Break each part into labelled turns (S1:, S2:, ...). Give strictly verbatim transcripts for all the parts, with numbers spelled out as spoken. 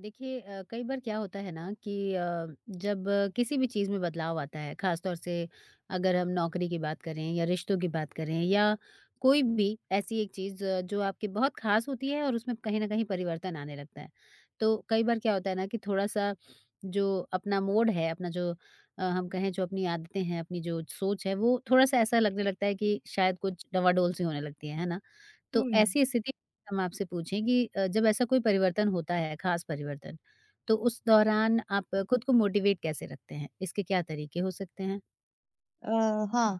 S1: देखिए अ, कई बार क्या होता है ना कि अ, जब अ, किसी भी चीज़ में बदलाव आता है खासतौर से अगर हम नौकरी की बात करें या रिश्तों की बात करें या कोई भी ऐसी एक चीज़ अ, जो आपकी बहुत खास होती है और उसमें कहीं ना कहीं परिवर्तन आने लगता है तो कई बार क्या होता है ना कि थोड़ा सा जो अपना मोड है अपना जो अ, हम कहें जो अपनी आदतें हैं अपनी जो सोच है वो थोड़ा सा ऐसा लगने लगता है कि शायद कुछ डवाडोल सी होने लगती है है ना। तो
S2: हुँ।
S1: ऐसी स्थिति में हम आपसे पूछें कि अ, जब ऐसा कोई परिवर्तन होता है, खास परिवर्तन, तो उस दौरान आप खुद को मोटिवेट कैसे रखते हैं? इसके क्या तरीके हो सकते हैं?
S2: अ, हाँ।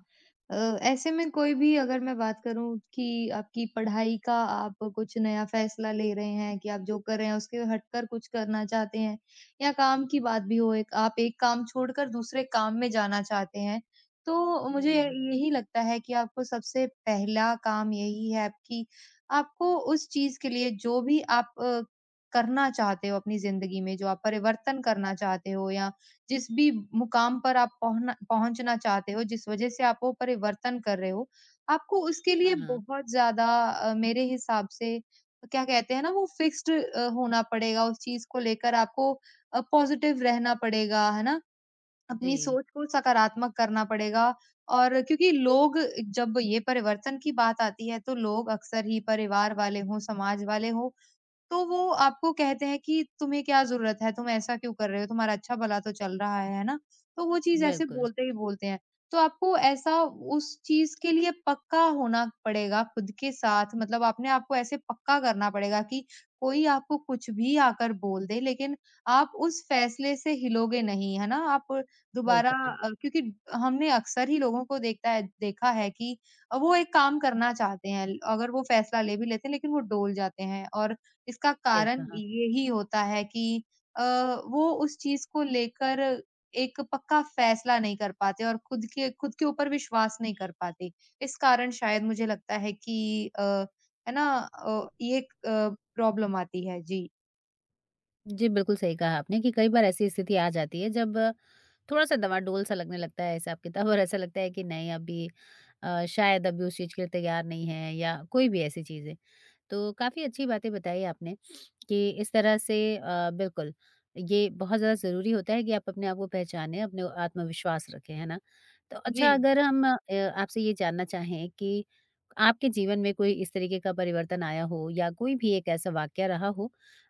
S2: अ, ऐसे में कोई भी अगर मैं बात करूँ कि आपकी पढ़ाई का आप कुछ नया फ़ैसला ले रहे हैं कि आप जो कर रहे हैं उसके हटकर कुछ करना चाहते हैं या काम की बात भी हो एक आप एक काम छोड़कर दूसरे काम में जाना चाहते हैं, तो मुझे
S1: जी।
S2: यही लगता है कि आपको सबसे पहला काम यही है कि आपको उस चीज़ के लिए जो भी आप अ, करना चाहते हो अपनी ज़िंदगी में, जो आप परिवर्तन करना चाहते हो या जिस भी मुकाम पर आप पहुँना पहुँचना चाहते हो, जिस वजह से आप वो परिवर्तन कर रहे हो, आपको उसके लिए
S1: हाँ, हाँ।
S2: बहुत ज़्यादा अ, मेरे हिसाब से क्या कहते हैं ना वो फिक्स्ड अ, होना पड़ेगा उस चीज़ को लेकर आपको अ, पॉज़िटिव रहना पड़ेगा, है ना? अपनी
S1: जी,
S2: सोच को सकारात्मक करना पड़ेगा और क्योंकि लोग जब ये परिवर्तन की बात आती है, तो लोग अक्सर ही परिवार वाले हों, समाज वाले हों, तो वो आपको कहते हैं कि तुम्हें क्या ज़रूरत है? तुम ऐसा क्यों कर रहे हो? तुम्हारा अच्छा-भला तो चल रहा है, है ना? तो वो चीज़ ऐसे
S1: बिल्कुल।
S2: बोलते ही बोलते हैं। तो आपको ऐसा उस चीज़ के लिए पक्का होना पड़ेगा खुद के साथ मतलब आपने आपको ऐसे पक्का करना पड़ेगा कि कोई आपको कुछ भी आकर बोल दे लेकिन आप उस फ़ैसले से हिलोगे नहीं, है ना? आप
S1: सही
S2: दोबारा
S1: कहा,
S2: अ, क्योंकि हमने अक्सर ही लोगों को देखता है देखा है कि अ, वो एक काम करना चाहते हैं अगर वो फ़ैसला ले भी लेते हैं लेकिन वो डोल जाते हैं और इसका
S1: सही
S2: कारण
S1: कहा।
S2: यही होता है कि अ, वो उस चीज़ को लेकर एक पक्का फ़ैसला नहीं कर पाते और खुद के खुद के ऊपर विश्वास नहीं कर पाते। इस कारण शायद मुझे लगता है कि अ, है ना? अ, ये एक अ, प्रॉब्लम आती है। जी।
S1: जी, बिल्कुल सही कहा आपने कि कई बार ऐसी स्थिति आ जाती है जब थोड़ा-सा डवाडोल सा डोल सा लगने लगता है हिसाब-किताब, और ऐसा लगता है कि नहीं अभी, अ, शायद अभी उस चीज़ के लिए तैयार नहीं है या कोई भी ऐसी चीज़ें। तो काफ़ी अच्छी बातें बताई आपने कि इस तरह से, अ, बिल्कुल ये बहुत ज़्यादा ज़रूरी होता है कि आप अपने आप को पहचानें, अपने को आत्मविश्वास रखें, है ना? तो
S2: जी।
S1: अच्छा, अगर हम अ, आपसे ये जानना चाहें कि आपके जीवन में कोई इस तरीके का परिवर्तन आया हो या कोई भी एक ऐसा वाक़या रहा हो,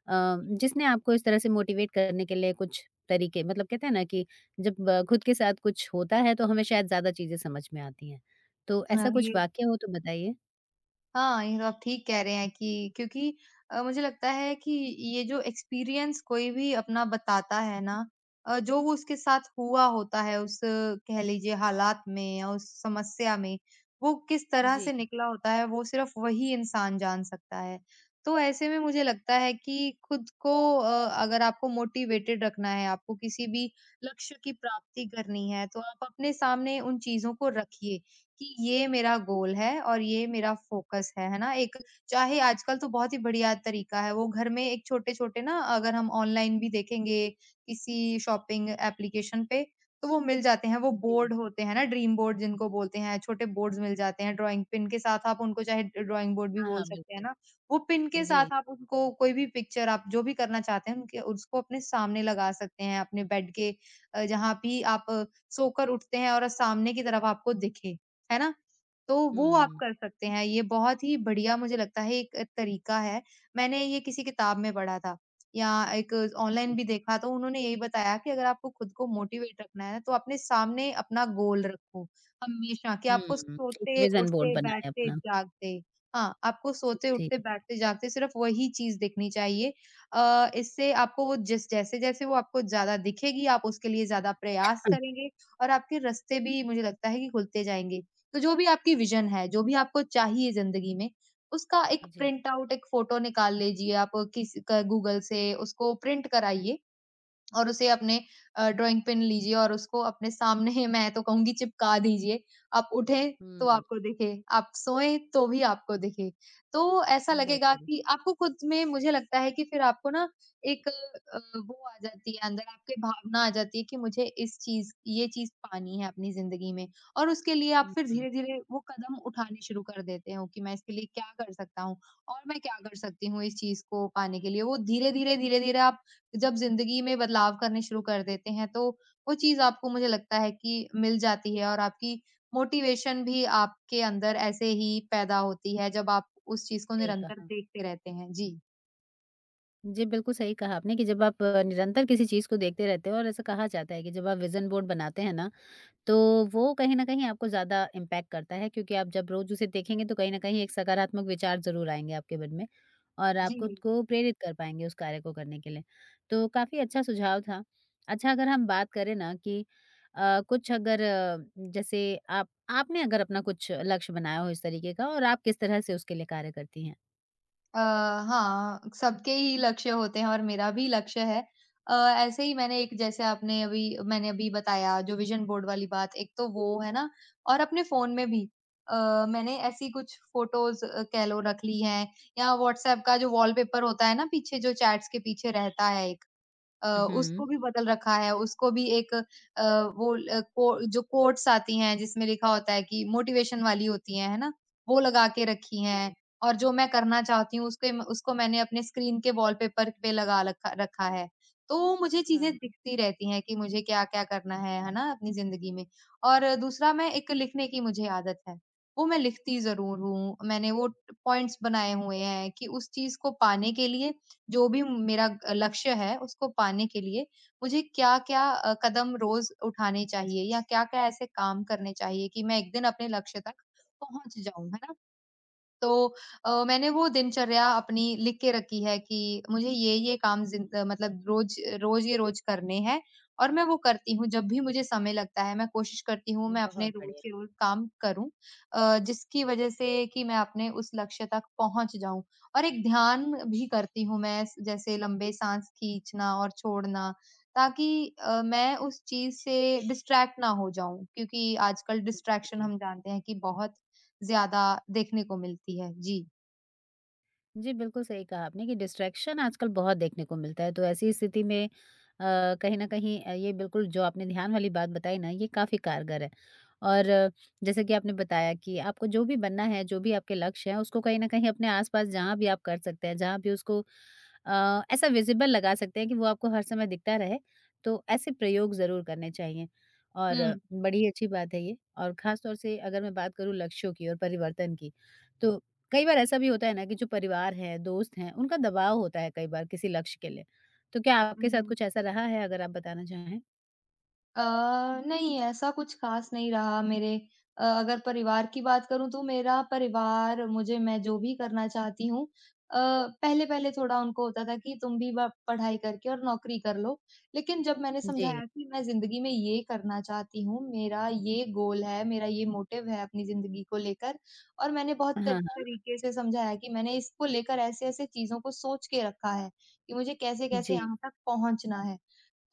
S1: अ, जिसने आपको इस तरह से मोटिवेट करने के लिए कुछ तरीके, मतलब कहते हैं ना कि जब अ, खुद के साथ कुछ होता है तो हमें शायद ज़्यादा चीज़ें समझ में आती हैं। तो
S2: हाँ।
S1: ऐसा कुछ
S2: ये
S1: वाक़या हो तो बताइए?
S2: हाँ, ये तो आप ठीक कह रहे हैं कि क्योंकि अ, मुझे लगता है कि ये जो एक्सपीरियंस कोई भी अपना बताता है ना अ, जो वो उसके साथ हुआ होता है उस कह लीजिए हालात में या उस समस्या में, वो किस तरह
S1: जी,
S2: से निकला होता है वो सिर्फ़ वही इंसान जान सकता है। तो ऐसे में मुझे लगता है कि खुद को अ, अगर आपको मोटिवेटेड रखना है, आपको किसी भी लक्ष्य की प्राप्ति करनी है, तो आप अपने सामने उन चीज़ों को रखिए। कि ये मेरा गोल है और ये मेरा फ़ोकस है, है ना? एक चाहे आजकल तो बहुत ही बढ़िया तरीका है, वो घर में एक छोटे-छोटे ना अगर हम ऑनलाइन भी देखेंगे किसी शॉपिंग एप्लीकेशन पे, तो वो मिल जाते हैं, वो
S1: जी।
S2: बोर्ड होते हैं ना ड्रीम बोर्ड जिनको बोलते हैं, छोटे बोर्ड्स मिल जाते हैं ड्राइंग पिन के साथ आप उनको चाहे ड्राइंग बोर्ड भी
S1: हाँ,
S2: बोल
S1: हाँ,
S2: सकते हैं
S1: बिल्कुल।
S2: ना। वो पिन के
S1: जी।
S2: साथ आप उनको कोई भी पिक्चर आप जो भी करना चाहते हैं उनके उसको अपने सामने लगा सकते हैं, अपने बेड के अ, जहाँ भी आप अ, सोकर उठते हैं और सामने की तरफ आपको दिखे। है ना? तो वो आप
S1: हुँ।
S2: कर सकते हैं, ये बहुत ही बढ़िया मुझे लगता है एक तरीका है। मैंने ये किसी किताब में पढ़ा था या एक ऑनलाइन
S1: हुँ।
S2: भी देखा तो उन्होंने यही बताया कि अगर आपको खुद को मोटिवेट रखना है तो अपने सामने अपना गोल रखो, हमेशा कि आपको
S1: हुँ, एक
S2: सोते,
S1: विज़न बोर्ड
S2: उठते,
S1: बनाए
S2: बैठते,
S1: अपना।
S2: जागते हाँ, आपको सोते,
S1: जी।
S2: उठते, बैठते, जागते सिर्फ़ वही चीज़ दिखनी चाहिए। अ, इससे आपको वो जिस जैसे-जैसे वो आपको ज़्यादा दिखेगी, आप उसके लिए ज़्यादा प्रयास
S1: हुँ।
S2: करेंगे और आपके रास्ते भी मुझे लगता है कि खुलते जाएँगे। तो जो भी आपकी विज़न है, जो भी आपको चाहिए ज़िंदगी में, उसका एक
S1: जी।
S2: प्रिंट आउट, एक फ़ोटो निकाल लीजिए आप किस क गूगल से उसको प्रिंट कराइए और उसे अपने अ, ड्राइंग पिन लीजिए और उसको अपने सामने मैं तो कहूँगी चिपका दीजिए। आप उठें तो
S1: हुँ,
S2: आपको दिखे, आप सोएँ तो भी आपको दिखे। तो ऐसा लगेगा
S1: बिल्कुल।
S2: कि आपको खुद में मुझे लगता है कि फिर आपको ना एक अ, वो आ जाती है अंदर आपके भावना आ जाती है कि मुझे इस चीज़ ये चीज़ पानी है अपनी ज़िंदगी में और उसके लिए आप
S1: हुँ,
S2: फिर
S1: हुँ,
S2: धीरे-धीरे वो कदम उठाने शुरू कर देते हो कि मैं इसके लिए क्या कर सकता हूँ और मैं क्या कर सकती हूँ इस चीज़ को पाने के लिए। वो धीरे-धीरे, धीरे-धीरे आप जब ज़िंदगी में बदलाव करने शुरू कर देते हैं, तो वो चीज़ आपको मुझे लगता है कि मिल जाती है और आपकी मोटिवेशन भी आपके अंदर ऐसे ही पैदा होती है, जब आप उस चीज़ को
S1: सही
S2: निरंतर
S1: कहा।
S2: देखते रहते हैं। जी।
S1: जी, बिल्कुल सही कहा आपने कि जब आप अ, निरंतर किसी चीज़ को देखते रहते हो और ऐसा कहा जाता है कि जब आप विज़न बोर्ड बनाते हैं ना, तो वो कहीं न कहीं आपको ज़्यादा इम्पैक्ट करता है क्योंकि आप जब रोज़ उसे देखेंगे तो कहीं न कहीं एक सकारात्मक विचार ज़रूर आएँगे आपके मन में और आप खुद
S2: जी।
S1: को प्रेरित कर पाएँगे उस कार्य को करने के लिए। तो काफ़ी अच्छा सुझाव था। अच्छा, अगर हम बात करें ना कि अ, कुछ अगर अ, जैसे आप आपने अगर अपना कुछ लक्ष्य बनाया हो इस तरीके का, और आप किस तरह से उसके लिए कार्य करती हैं?
S2: अ, हाँ, सबके ही लक्ष्य होते हैं और मेरा भी लक्ष्य है। अ, ऐसे ही मैंने एक जैसे आपने अभी मैंने अभी बताया जो विज़न बोर्ड वाली बात, एक तो वो है ना और अपने फ़ोन में भी अ, मैंने ऐसी कुछ फ़ोटोज़ अ, कह लो रख ली हैं या व्हाट्सऐप का जो वॉलपेपर होता है ना पीछे जो चैट्स के पीछे रहता है एक। अ,
S1: हुँ।
S2: उसको भी बदल रखा है, उसको भी एक अ, वो ल को जो कोट्स आती हैं जिसमें लिखा होता है कि मोटिवेशन वाली होती हैं, है ना? वो लगा के रखी हैं और जो मैं करना चाहती हूँ उसके म उसको मैंने अपने स्क्रीन के वॉलपेपर पे लगा लखा रखा है। तो मुझे
S1: हाँ,
S2: चीज़ें
S1: हाँ।
S2: दिखती रहती हैं कि मुझे क्या-क्या करना है, है ना? अपनी ज़िंदगी में और दूसरा मैं एक लिखने की मुझे आदत है, वो मैं लिखती ज़रूर हूँ। मैंने वो पॉइंट्स बनाए हुए हैं कि उस चीज़ को पाने के लिए जो भी मेरा लक्ष्य है उसको पाने के लिए मुझे क्या-क्या अ, कदम रोज़ उठाने चाहिए या क्या-क्या ऐसे काम करने चाहिए कि मैं एक दिन अपने लक्ष्य तक पहुँच जाऊँ, है ना? तो अ, मैंने वो दिनचर्या अपनी लिख के रखी है कि मुझे ये-ये काम जिंद मतलब रोज़ रोज़ ये रोज़ करने हैं और मैं वो करती हूँ। जब भी मुझे समय लगता है, मैं कोशिश करती हूँ, मैं अपने
S1: बहुत
S2: रोज़
S1: बढ़िया।
S2: के रोज़ काम करूँ अ, जिसकी वज़ह से कि मैं अपने उस लक्ष्य तक पहुँच जाऊँ। और एक ध्यान भी करती हूँ मैं स जैसे लंबे साँस खींचना और छोड़ना, ताकि अ, मैं उस चीज़ से डिस्ट्रैक्ट ना हो जाऊँ, क्योंकि आजकल डिस्ट्रैक्शन
S1: जी।
S2: हम जानते हैं कि बहुत ज़्यादा देखने को मिलती है। जी।
S1: जी, बिल्कुल सही कहा आपने कि डिस्ट्रैक्शन आजकल बहुत देखने को मिलता है, तो ऐसी स्थिति में अ, कहीं न कहीं, अ, ये बिल्कुल जो आपने ध्यान वाली बात बताई ना, ये काफ़ी कारगर है। और अ, जैसे कि आपने बताया कि आपको जो भी बनना है, जो भी आपके लक्ष्य हैं, उसको कहीं न कहीं अपने आस-पास जहाँ भी आप कर सकते हैं, जहाँ भी उसको अ, ऐसा विज़िबल लगा सकते हैं कि वो आपको हर समय दिखता रहे, तो ऐसे प्रयोग ज़रूर करने चाहिए। और अ,
S2: हुँ।
S1: बड़ी अच्छी बात है ये, और ख़ास तौर से अगर मैं बात करूँ लक्ष्यों की और परिवर्तन की, तो कई बार ऐसा भी होता है ना कि जो परिवार है, दोस्त हैं, उनका दबाव होता है कई बार किसी लक्ष्य के लिए। तो क्या आपके
S2: हुँ,
S1: साथ
S2: हुँ,
S1: कुछ ऐसा रहा है अगर आप बताना चाहें?
S2: अ, नहीं ऐसा कुछ ख़ास नहीं रहा मेरे अ, अगर परिवार की बात करूँ तो मेरा परिवार मुझे मैं जो भी करना चाहती हूँ अ, पहले-पहले थोड़ा उनको होता था कि तुम भी ब पढ़ाई करके और नौकरी कर लो। लेकिन जब मैंने
S1: जी।
S2: समझाया कि मैं ज़िंदगी में ये करना चाहती हूँ, मेरा ये गोल है, मेरा ये मोटिव है अपनी ज़िंदगी को लेकर और मैंने बहुत
S1: हाँ,
S2: त
S1: हाँ।
S2: तरीके से समझाया कि मैंने इसको लेकर ऐसे-ऐसे चीज़ों को सोच के रखा है, कि मुझे कैसे-कैसे
S1: जी,
S2: यहाँ तक पहुँचना है।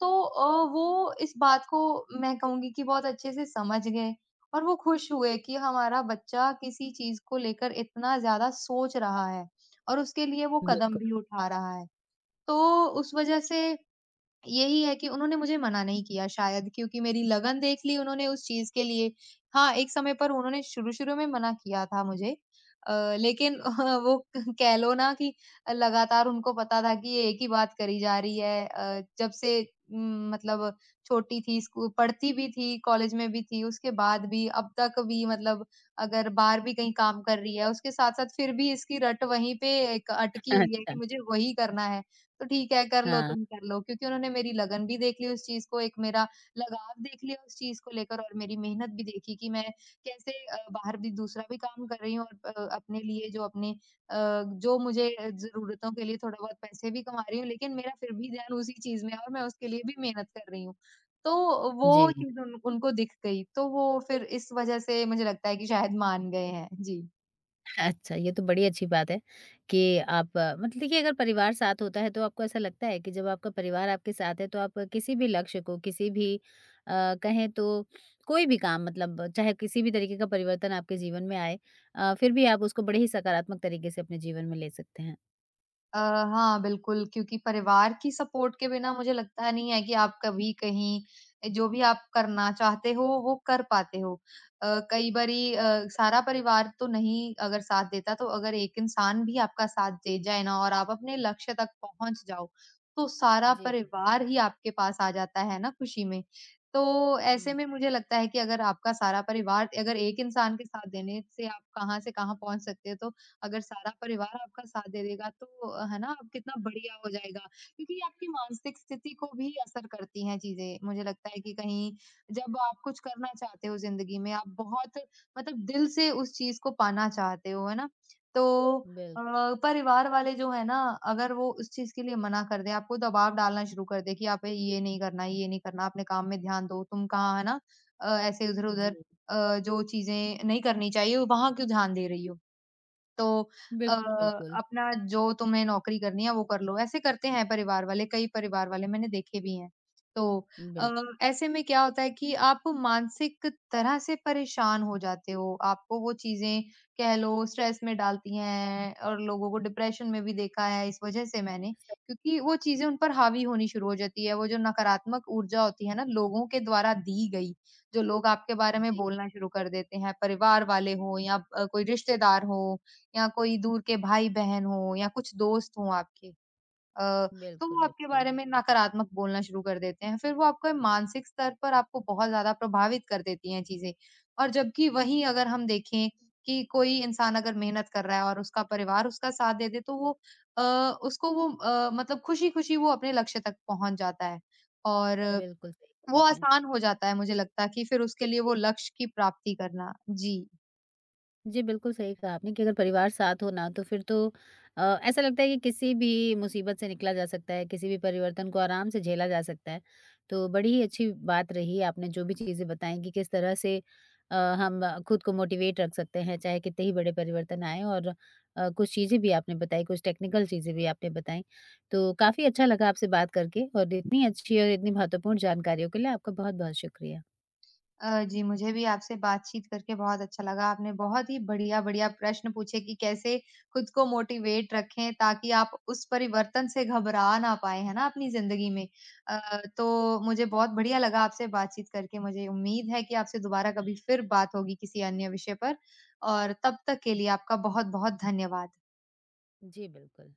S2: तो अ, वो इस बात को मैं कहूँगी कि बहुत अच्छे से समझ गए और वो खुश हुए कि हमारा बच्चा किसी चीज़ को लेकर इतना ज़्यादा सोच रहा है और उसके लिए वो कदम
S1: बिल्कुल।
S2: भी उठा रहा है। तो उस वज़ह से यही है कि उन्होंने मुझे मना नहीं किया शायद क्योंकि मेरी लगन देख ली उन्होंने उस चीज़ के लिए। हाँ, एक समय पर उन्होंने शुरू-शुरू में मना किया था मुझे अ, लेकिन वो कह लो ना कि लगातार उनको पता था कि ये एक ही बात करी जा रही है अ, जब से उम, मतलब छोटी थी, स्कू पढ़ती भी थी, कॉलेज में भी थी, उसके बाद भी, अब तक भी मतलब अगर बाहर भी कहीं काम कर रही है, उसके साथ-साथ फिर भी इसकी रट वहीं पे एक अटकी हुई है कि
S1: अच्छा,
S2: मुझे वही करना है। तो ठीक है कर लो
S1: हाँ।
S2: तुम कर लो क्योंकि उन्होंने मेरी लगन भी देख ली उस चीज़ को, एक मेरा लगाव देख लिया उस चीज़ को लेकर और मेरी मेहनत भी देखी कि मैं कैसे अ, बाहर भी दूसरा भी काम कर रही हूँ और अ, अपने लिए जो अपने अ, जो मुझे अ, ज़रूरतों के लिए थोड़ा बहुत पैसे भी कमा रही हूँ, लेकिन मेरा फिर भी ध्यान उसी चीज़ में है और मैं उसके लिए भी मेहनत कर रही हूँ। तो वो
S1: जी।
S2: चीज़ उन उनको दिख गई, तो वो फिर इस वज़ह से मुझे लगता है कि शायद मान गए हैं। जी।
S1: अच्छा, ये तो बड़ी अच्छी बात है कि आप, अ, मतलब देखिए अगर परिवार साथ होता है तो आपको ऐसा लगता है कि जब आपका परिवार आपके साथ है तो आप किसी भी लक्ष्य को, किसी भी अ, कहें तो कोई भी काम, मतलब चाहे किसी भी तरीके का परिवर्तन आपके जीवन में आए, अ, फिर भी आप उसको बड़े ही सकारात्मक तरीके से अपने जीवन में ले सकते हैं।
S2: अ, हाँ, बिल्कुल, क्योंकि परिवार की सपोर्ट के बिना मुझे लगता नहीं है कि आप कभी कहीं अ, जो भी आप करना चाहते हो, वो कर पाते हो। अ, कई बारी अ, सारा परिवार तो नहीं अगर साथ देता, तो अगर एक इंसान भी आपका साथ दे जाए ना और आप अपने लक्ष्य तक पहुँच जाओ, तो सारा
S1: जी,
S2: परिवार ही आपके पास आ जाता है ना खुशी में। तो ऐसे
S1: हुँ,
S2: में मुझे लगता है कि अगर आपका सारा परिवार अगर एक इंसान के साथ देने से आप कहाँ से कहाँ पहुँच सकते हो, तो अगर सारा परिवार आपका साथ दे देगा तो अ, है ना आप कितना बढ़िया हो जाएगा क्योंकि आपकी मानसिक स्थिति को भी असर करती हैं चीजें मुझे लगता है कि कहीं जब आप कुछ करना चाहते हो जिंदगी में आप बहुत मतलब दिल से उस चीज को पाना चाहते हो है ना तो
S1: बिल्कुल,
S2: अ, परिवार वाले जो है ना अगर वो उस चीज के लिए मना कर दे आपको दबाव डालना शुरू कर दे कि आप ये नहीं करना ये नहीं करना अपने काम में ध्यान दो तुम कहाँ है ना अ, ऐसे इधर
S1: जी,
S2: उधर अ, जो चीजें नहीं करनी चाहिए वहां क्यों ध्यान दे रही हो तो अ,
S1: बिल्कुल, बिल्कुल,
S2: अपना जो तुम्हें नौकरी करनी है वो कर लो। ऐसे करते हैं परिवार वाले, कई परिवार वाले मैंने देखे भी हैं। तो अ,
S1: बिल्कुल,
S2: ऐसे में क्या होता है कि आप मानसिक तरह से परेशान हो जाते हो। आपको वो चीज़ें कह लो स्ट्रेस में डालती हैं और लोगों को डिप्रेशन में भी देखा है इस वज़ह से मैंने,
S1: सही
S2: क्योंकि वो चीज़ें उन पर हावी होनी शुरू हो जाती है। वो जो नकारात्मक ऊर्जा होती है ना लोगों के द्वारा दी गई, जो लोग आपके बारे में
S1: जी,
S2: बोलना शुरू कर देते हैं, परिवार वाले हों या अ, कोई रिश्तेदार हो या कोई दूर के भाई-बहन हों या कुछ दोस्त हों आपके अ, तो
S1: बिल्कुल,
S2: वो आपके
S1: बिल्कुल,
S2: बारे में नकारात्मक बोलना शुरू कर देते हैं। फिर वो आपके मानसिक स्तर पर आपको बहुत ज़्यादा प्रभावित कर देती हैं चीज़ें। और जबकि वहीं अगर हम देखें कि कोई इंसान अगर मेहनत कर रहा है और उसका परिवार उसका साथ दे दे, तो वो अ, उसको वो अ, मतलब खुशी-खुशी वो अपने लक्ष्य तक पहुँच जाता है। और
S1: बिल्कुल सही कहा
S2: वो
S1: आपने।
S2: आसान हो जाता है मुझे लगता है कि फिर उसके लिए वो लक्ष्य की प्राप्ति करना। जी।
S1: जी, बिल्कुल सही कहा आपने कि अगर परिवार साथ हो ना तो फिर तो, अ, ऐसा लगता है कि किसी भी मुसीबत से निकला जा सकता है, किसी भी परिवर्तन को आराम से झेला जा सकता है। तो बड़ी ही अच्छी बात रही आपने जो भी चीज़ें बताई कि किस तरह से अ, हम अ, खुद को मोटिवेट रख सकते हैं, चाहे कितने ही बड़े परिवर्तन आएँ, और अ, कुछ चीज़ें भी आपने बताई, कुछ टेक्निकल चीज़ें भी आपने बताई। तो काफ़ी अच्छा लगा आपसे बात करके, और इतनी अच्छी और इतनी महत्वपूर्ण जानकारियों के लिए आपका बहुत-बहुत शुक्रिया।
S2: अ, जी, मुझे भी आपसे बातचीत करके बहुत अच्छा लगा। आपने बहुत ही बढ़िया-बढ़िया प्रश्न पूछे कि कैसे खुद को मोटिवेट रखें ताकि आप उस परिवर्तन से घबरा ना पाएँ, है ना, अपनी ज़िंदगी में। अ, तो मुझे बहुत बढ़िया लगा आपसे बातचीत करके। मुझे उम्मीद है कि आपसे दोबारा कभी फिर बात होगी किसी अन्य विषय पर और तब तक के लिए आपका बहुत-बहुत धन्यवाद।
S1: जी, बिल्कुल।